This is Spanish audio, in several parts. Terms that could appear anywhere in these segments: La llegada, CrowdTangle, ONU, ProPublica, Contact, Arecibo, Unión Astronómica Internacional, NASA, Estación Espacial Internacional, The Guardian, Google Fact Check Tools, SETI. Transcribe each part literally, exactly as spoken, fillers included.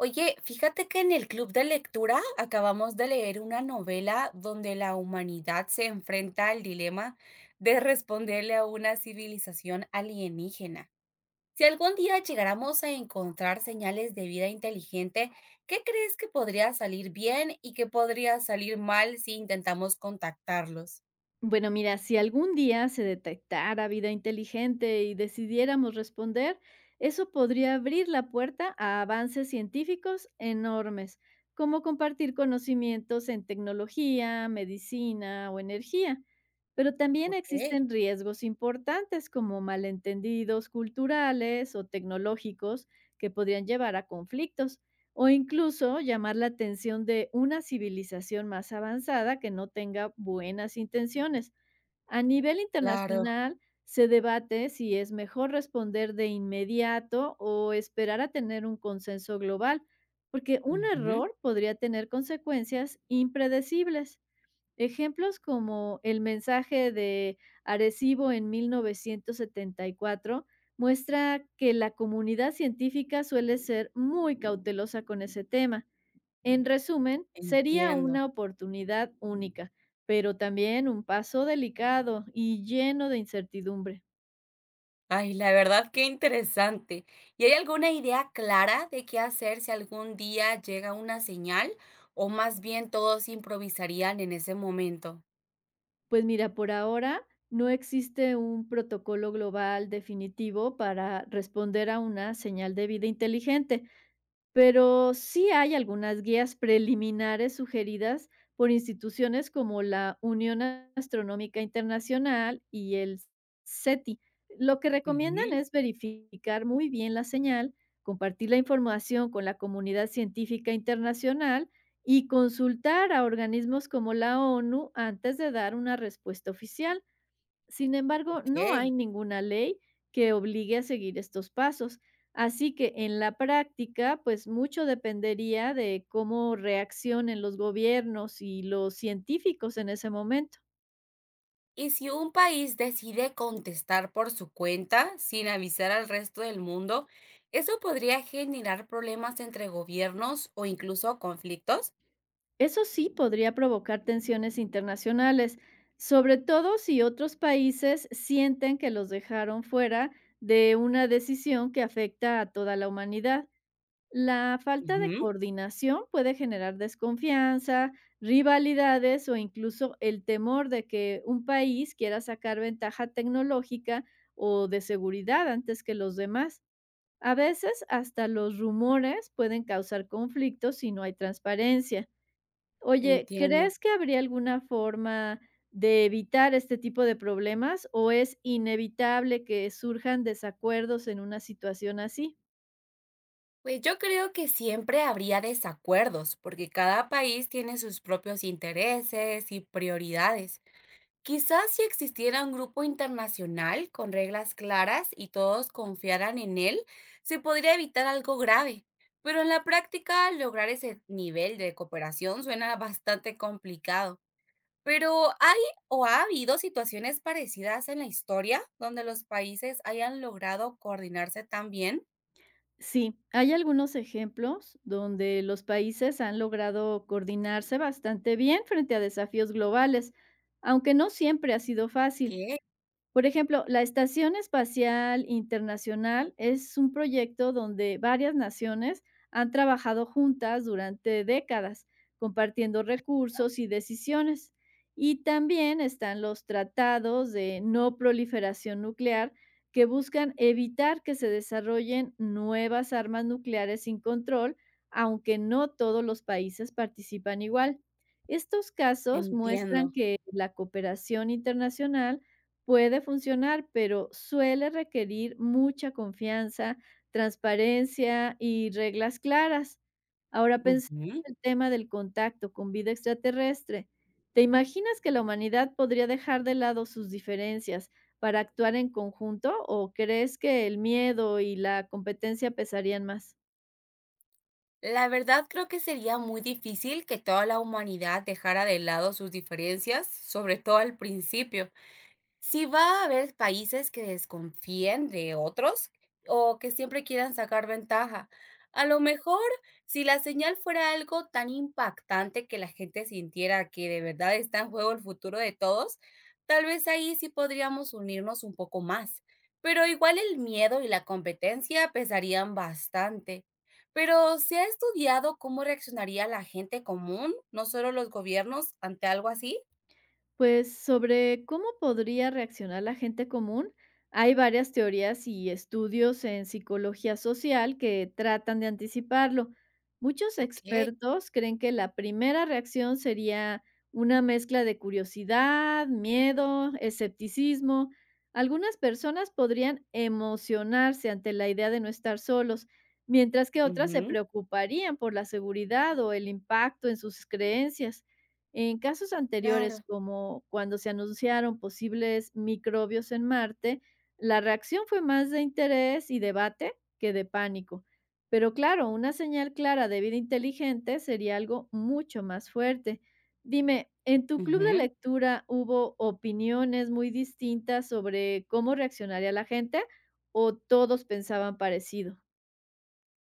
Oye, fíjate que en el club de lectura acabamos de leer una novela donde la humanidad se enfrenta al dilema de responderle a una civilización alienígena. Si algún día llegáramos a encontrar señales de vida inteligente, ¿qué crees que podría salir bien y qué podría salir mal si intentamos contactarlos? Bueno, mira, si algún día se detectara vida inteligente y decidiéramos responder, eso podría abrir la puerta a avances científicos enormes, como compartir conocimientos en tecnología, medicina o energía. Pero también Ok, existen riesgos importantes como malentendidos culturales o tecnológicos que podrían llevar a conflictos. O incluso llamar la atención de una civilización más avanzada que no tenga buenas intenciones. A nivel claro. internacional, se debate si es mejor responder de inmediato o esperar a tener un consenso global, porque un Ujú, error podría tener consecuencias impredecibles. Ejemplos como el mensaje de Arecibo en mil novecientos setenta y cuatro muestra que la comunidad científica suele ser muy cautelosa con ese tema. En resumen, sería entiendo. una oportunidad única, pero también un paso delicado y lleno de incertidumbre. Ay, la verdad qué interesante. ¿Y hay alguna idea clara de qué hacer si algún día llega una señal o más bien todos improvisarían en ese momento? Pues mira, por ahora no existe un protocolo global definitivo para responder a una señal de vida inteligente. Pero sí hay algunas guías preliminares sugeridas por instituciones como la Unión Astronómica Internacional y el SETI. Lo que recomiendan Ujú, es verificar muy bien la señal, compartir la información con la comunidad científica internacional y consultar a organismos como la ONU antes de dar una respuesta oficial. Sin embargo, ok. no hay ninguna ley que obligue a seguir estos pasos, así que en la práctica, pues mucho dependería de cómo reaccionen los gobiernos y los científicos en ese momento. Y si un país decide contestar por su cuenta sin avisar al resto del mundo, ¿eso podría generar problemas entre gobiernos o incluso conflictos? Eso sí podría provocar tensiones internacionales, sobre todo si otros países sienten que los dejaron fuera de una decisión que afecta a toda la humanidad. La falta de Ujú. coordinación puede generar desconfianza, rivalidades o incluso el temor de que un país quiera sacar ventaja tecnológica o de seguridad antes que los demás. A veces hasta los rumores pueden causar conflictos si no hay transparencia. Oye, Entiendo. ¿crees que habría alguna forma de evitar este tipo de problemas o es inevitable que surjan desacuerdos en una situación así? Pues yo creo que siempre habría desacuerdos, porque cada país tiene sus propios intereses y prioridades. Quizás si existiera un grupo internacional con reglas claras y todos confiaran en él, se podría evitar algo grave. Pero en la práctica, lograr ese nivel de cooperación suena bastante complicado. Pero ¿hay o ha habido situaciones parecidas en la historia donde los países hayan logrado coordinarse tan bien? Sí, hay algunos ejemplos donde los países han logrado coordinarse bastante bien frente a desafíos globales, aunque no siempre ha sido fácil. Que Por ejemplo, la Estación Espacial Internacional es un proyecto donde varias naciones han trabajado juntas durante décadas, compartiendo recursos y decisiones. Y también están los tratados de no proliferación nuclear que buscan evitar que se desarrollen nuevas armas nucleares sin control, aunque no todos los países participan igual. Estos casos entiendo. muestran que la cooperación internacional puede funcionar, pero suele requerir mucha confianza, transparencia y reglas claras. Ahora pensando Ujú. en el tema del contacto con vida extraterrestre, ¿te imaginas que la humanidad podría dejar de lado sus diferencias para actuar en conjunto o crees que el miedo y la competencia pesarían más? La verdad creo que sería muy difícil que toda la humanidad dejara de lado sus diferencias, sobre todo al principio. Sí va a haber países que desconfíen de otros o que siempre quieran sacar ventaja. A lo mejor, si la señal fuera algo tan impactante que la gente sintiera que de verdad está en juego el futuro de todos, tal vez ahí sí podríamos unirnos un poco más. Pero igual el miedo y la competencia pesarían bastante. Pero ¿se ha estudiado cómo reaccionaría la gente común, no solo los gobiernos, ante algo así? Pues sobre cómo podría reaccionar la gente común, hay varias teorías y estudios en psicología social que tratan de anticiparlo. Muchos Ok. expertos creen que la primera reacción sería una mezcla de curiosidad, miedo, escepticismo. Algunas personas podrían emocionarse ante la idea de no estar solos, mientras que otras se Ujú, preocuparían por la seguridad o el impacto en sus creencias. En casos claro. anteriores, como cuando se anunciaron posibles microbios en Marte, la reacción fue más de interés y debate que de pánico. Pero claro, una señal clara de vida inteligente sería algo mucho más fuerte. Dime, ¿en tu club de Ujú. lectura hubo opiniones muy distintas sobre cómo reaccionaría la gente o todos pensaban parecido?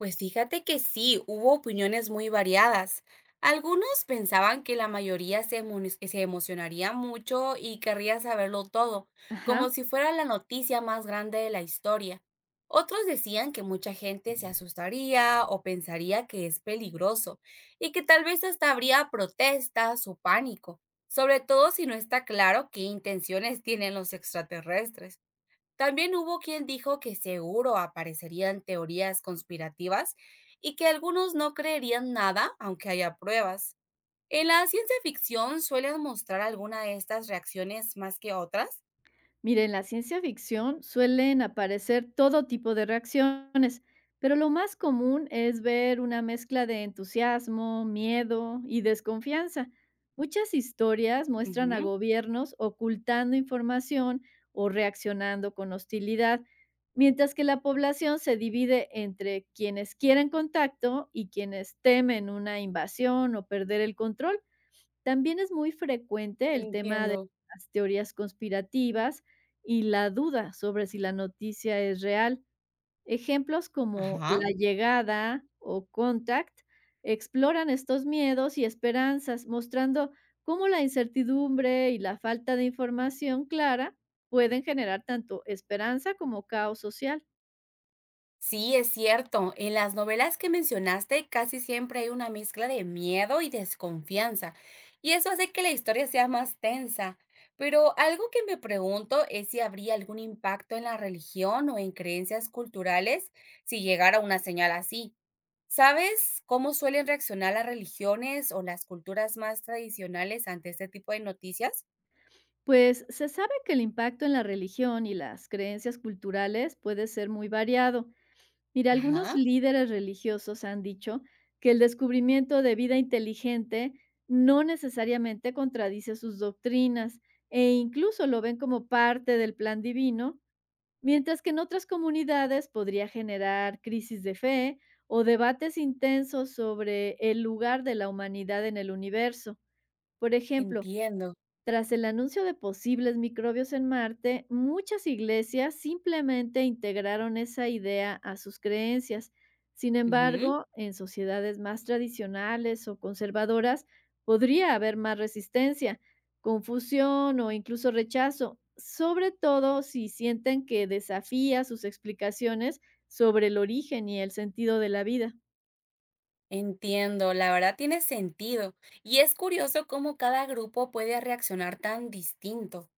Pues fíjate que sí, hubo opiniones muy variadas. Algunos pensaban que la mayoría se, emo- se emocionaría mucho y querría saberlo todo, como Ajá. si fuera la noticia más grande de la historia. Otros decían que mucha gente se asustaría o pensaría que es peligroso y que tal vez hasta habría protestas o pánico, sobre todo si no está claro qué intenciones tienen los extraterrestres. También hubo quien dijo que seguro aparecerían teorías conspirativas y que algunos no creerían nada aunque haya pruebas. En la ciencia ficción suelen mostrar alguna de estas reacciones más que otras. Mire, en la ciencia ficción suelen aparecer todo tipo de reacciones, pero lo más común es ver una mezcla de entusiasmo, miedo y desconfianza. Muchas historias muestran a Ujú, gobiernos ocultando información o reaccionando con hostilidad, mientras que la población se divide entre quienes quieren contacto y quienes temen una invasión o perder el control. También es muy frecuente el tema de entiendo. las teorías conspirativas y la duda sobre si la noticia es real. Ejemplos como Ajá. La llegada o Contact exploran estos miedos y esperanzas, mostrando cómo la incertidumbre y la falta de información clara pueden generar tanto esperanza como caos social. Sí, es cierto. En las novelas que mencionaste casi siempre hay una mezcla de miedo y desconfianza, y eso hace que la historia sea más tensa. Pero algo que me pregunto es si habría algún impacto en la religión o en creencias culturales si llegara una señal así. ¿Sabes cómo suelen reaccionar las religiones o las culturas más tradicionales ante este tipo de noticias? Pues se sabe que el impacto en la religión y las creencias culturales puede ser muy variado. Mira, algunos Ajá, líderes religiosos han dicho que el descubrimiento de vida inteligente no necesariamente contradice sus doctrinas e incluso lo ven como parte del plan divino, mientras que en otras comunidades podría generar crisis de fe o debates intensos sobre el lugar de la humanidad en el universo. Por ejemplo, entiendo. tras el anuncio de posibles microbios en Marte, muchas iglesias simplemente integraron esa idea a sus creencias. Sin Ujú. embargo, en sociedades más tradicionales o conservadoras podría haber más resistencia, confusión o incluso rechazo, sobre todo si sienten que desafía sus explicaciones sobre el origen y el sentido de la vida. Entiendo, la verdad tiene sentido. Y es curioso cómo cada grupo puede reaccionar tan distinto.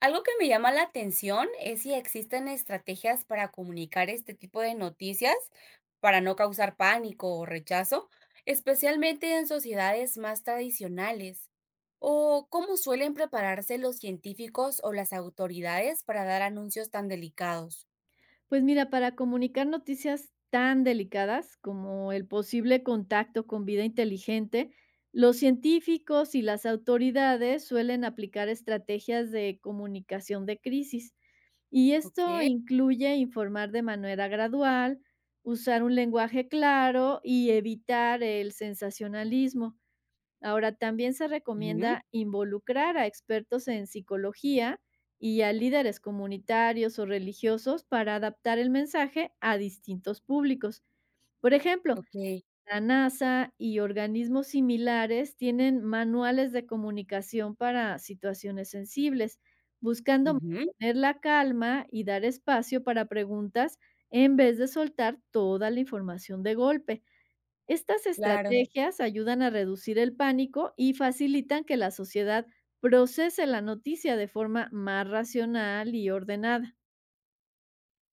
Algo que me llama la atención es si existen estrategias para comunicar este tipo de noticias para no causar pánico o rechazo, especialmente en sociedades más tradicionales. O cómo suelen prepararse los científicos o las autoridades para dar anuncios tan delicados. Pues mira, para comunicar noticias tan delicadas como el posible contacto con vida inteligente, los científicos y las autoridades suelen aplicar estrategias de comunicación de crisis. Y esto Ok. incluye informar de manera gradual, usar un lenguaje claro y evitar el sensacionalismo. Ahora, también se Ujú, recomienda involucrar a expertos en psicología y a líderes comunitarios o religiosos para adaptar el mensaje a distintos públicos. Por ejemplo, ok. la NASA y organismos similares tienen manuales de comunicación para situaciones sensibles, buscando Ujú, mantener la calma y dar espacio para preguntas en vez de soltar toda la información de golpe. Estas claro. estrategias ayudan a reducir el pánico y facilitan que la sociedad procese la noticia de forma más racional y ordenada.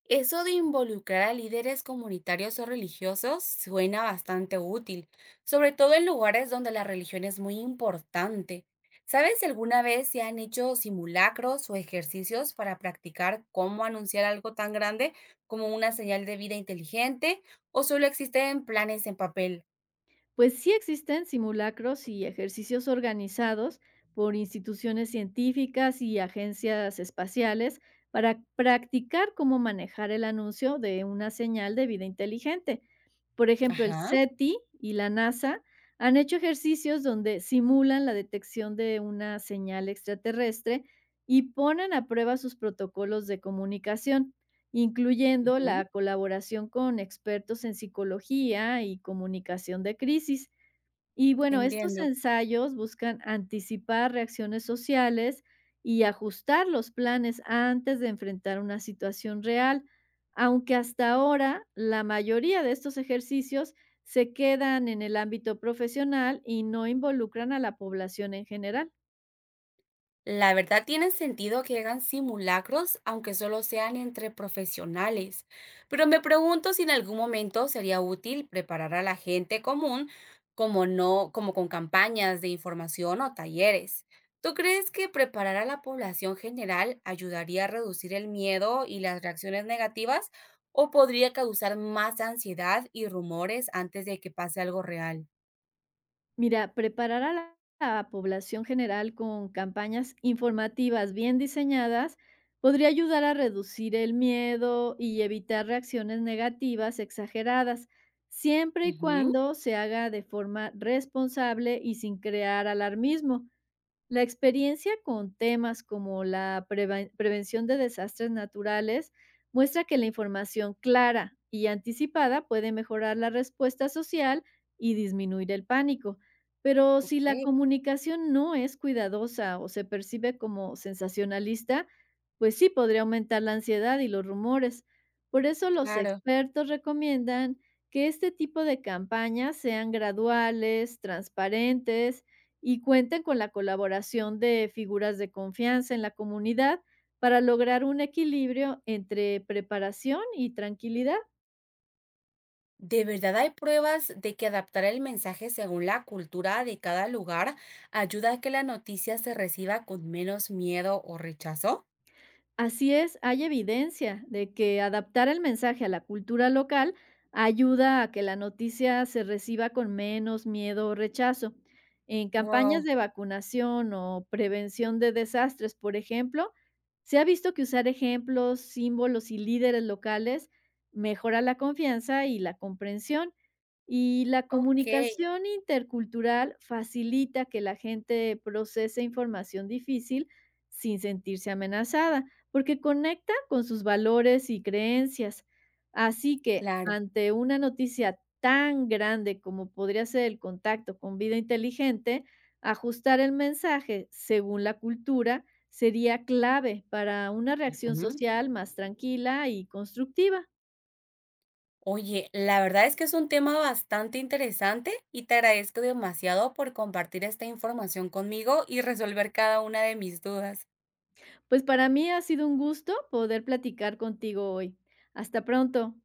Eso de involucrar a líderes comunitarios o religiosos suena bastante útil, sobre todo en lugares donde la religión es muy importante. ¿Sabes si alguna vez se han hecho simulacros o ejercicios para practicar cómo anunciar algo tan grande como una señal de vida inteligente o solo existen planes en papel? Pues sí existen simulacros y ejercicios organizados por instituciones científicas y agencias espaciales para practicar cómo manejar el anuncio de una señal de vida inteligente. Por ejemplo, el Ajá, SETI y la NASA han hecho ejercicios donde simulan la detección de una señal extraterrestre y ponen a prueba sus protocolos de comunicación, incluyendo ujú, la colaboración con expertos en psicología y comunicación de crisis. Y bueno, estos entiendo. ensayos buscan anticipar reacciones sociales y ajustar los planes antes de enfrentar una situación real, aunque hasta ahora la mayoría de estos ejercicios se quedan en el ámbito profesional y no involucran a la población en general. La verdad tiene sentido que hagan simulacros, aunque solo sean entre profesionales, pero me pregunto si en algún momento sería útil preparar a la gente común como no, como con campañas de información o talleres. ¿Tú crees que preparar a la población general ayudaría a reducir el miedo y las reacciones negativas o podría causar más ansiedad y rumores antes de que pase algo real? Mira, preparar a la la población general con campañas informativas bien diseñadas podría ayudar a reducir el miedo y evitar reacciones negativas exageradas, siempre y Ujú, cuando se haga de forma responsable y sin crear alarmismo. La experiencia con temas como la preven- prevención de desastres naturales muestra que la información clara y anticipada puede mejorar la respuesta social y disminuir el pánico. Pero si la ok, comunicación no es cuidadosa o se percibe como sensacionalista, pues sí podría aumentar la ansiedad y los rumores. Por eso los claro. expertos recomiendan que este tipo de campañas sean graduales, transparentes y cuenten con la colaboración de figuras de confianza en la comunidad para lograr un equilibrio entre preparación y tranquilidad. ¿De verdad hay pruebas de que adaptar el mensaje según la cultura de cada lugar ayuda a que la noticia se reciba con menos miedo o rechazo? Así es, hay evidencia de que adaptar el mensaje a la cultura local ayuda a que la noticia se reciba con menos miedo o rechazo. En campañas Wow, de vacunación o prevención de desastres, por ejemplo, se ha visto que usar ejemplos, símbolos y líderes locales mejora la confianza y la comprensión. Y la ok, comunicación intercultural facilita que la gente procese información difícil sin sentirse amenazada porque conecta con sus valores y creencias. Así que claro. ante una noticia tan grande como podría ser el contacto con vida inteligente, ajustar el mensaje según la cultura sería clave para una reacción Ujú. social más tranquila y constructiva. Oye, la verdad es que es un tema bastante interesante y te agradezco demasiado por compartir esta información conmigo y resolver cada una de mis dudas. Pues para mí ha sido un gusto poder platicar contigo hoy. Hasta pronto.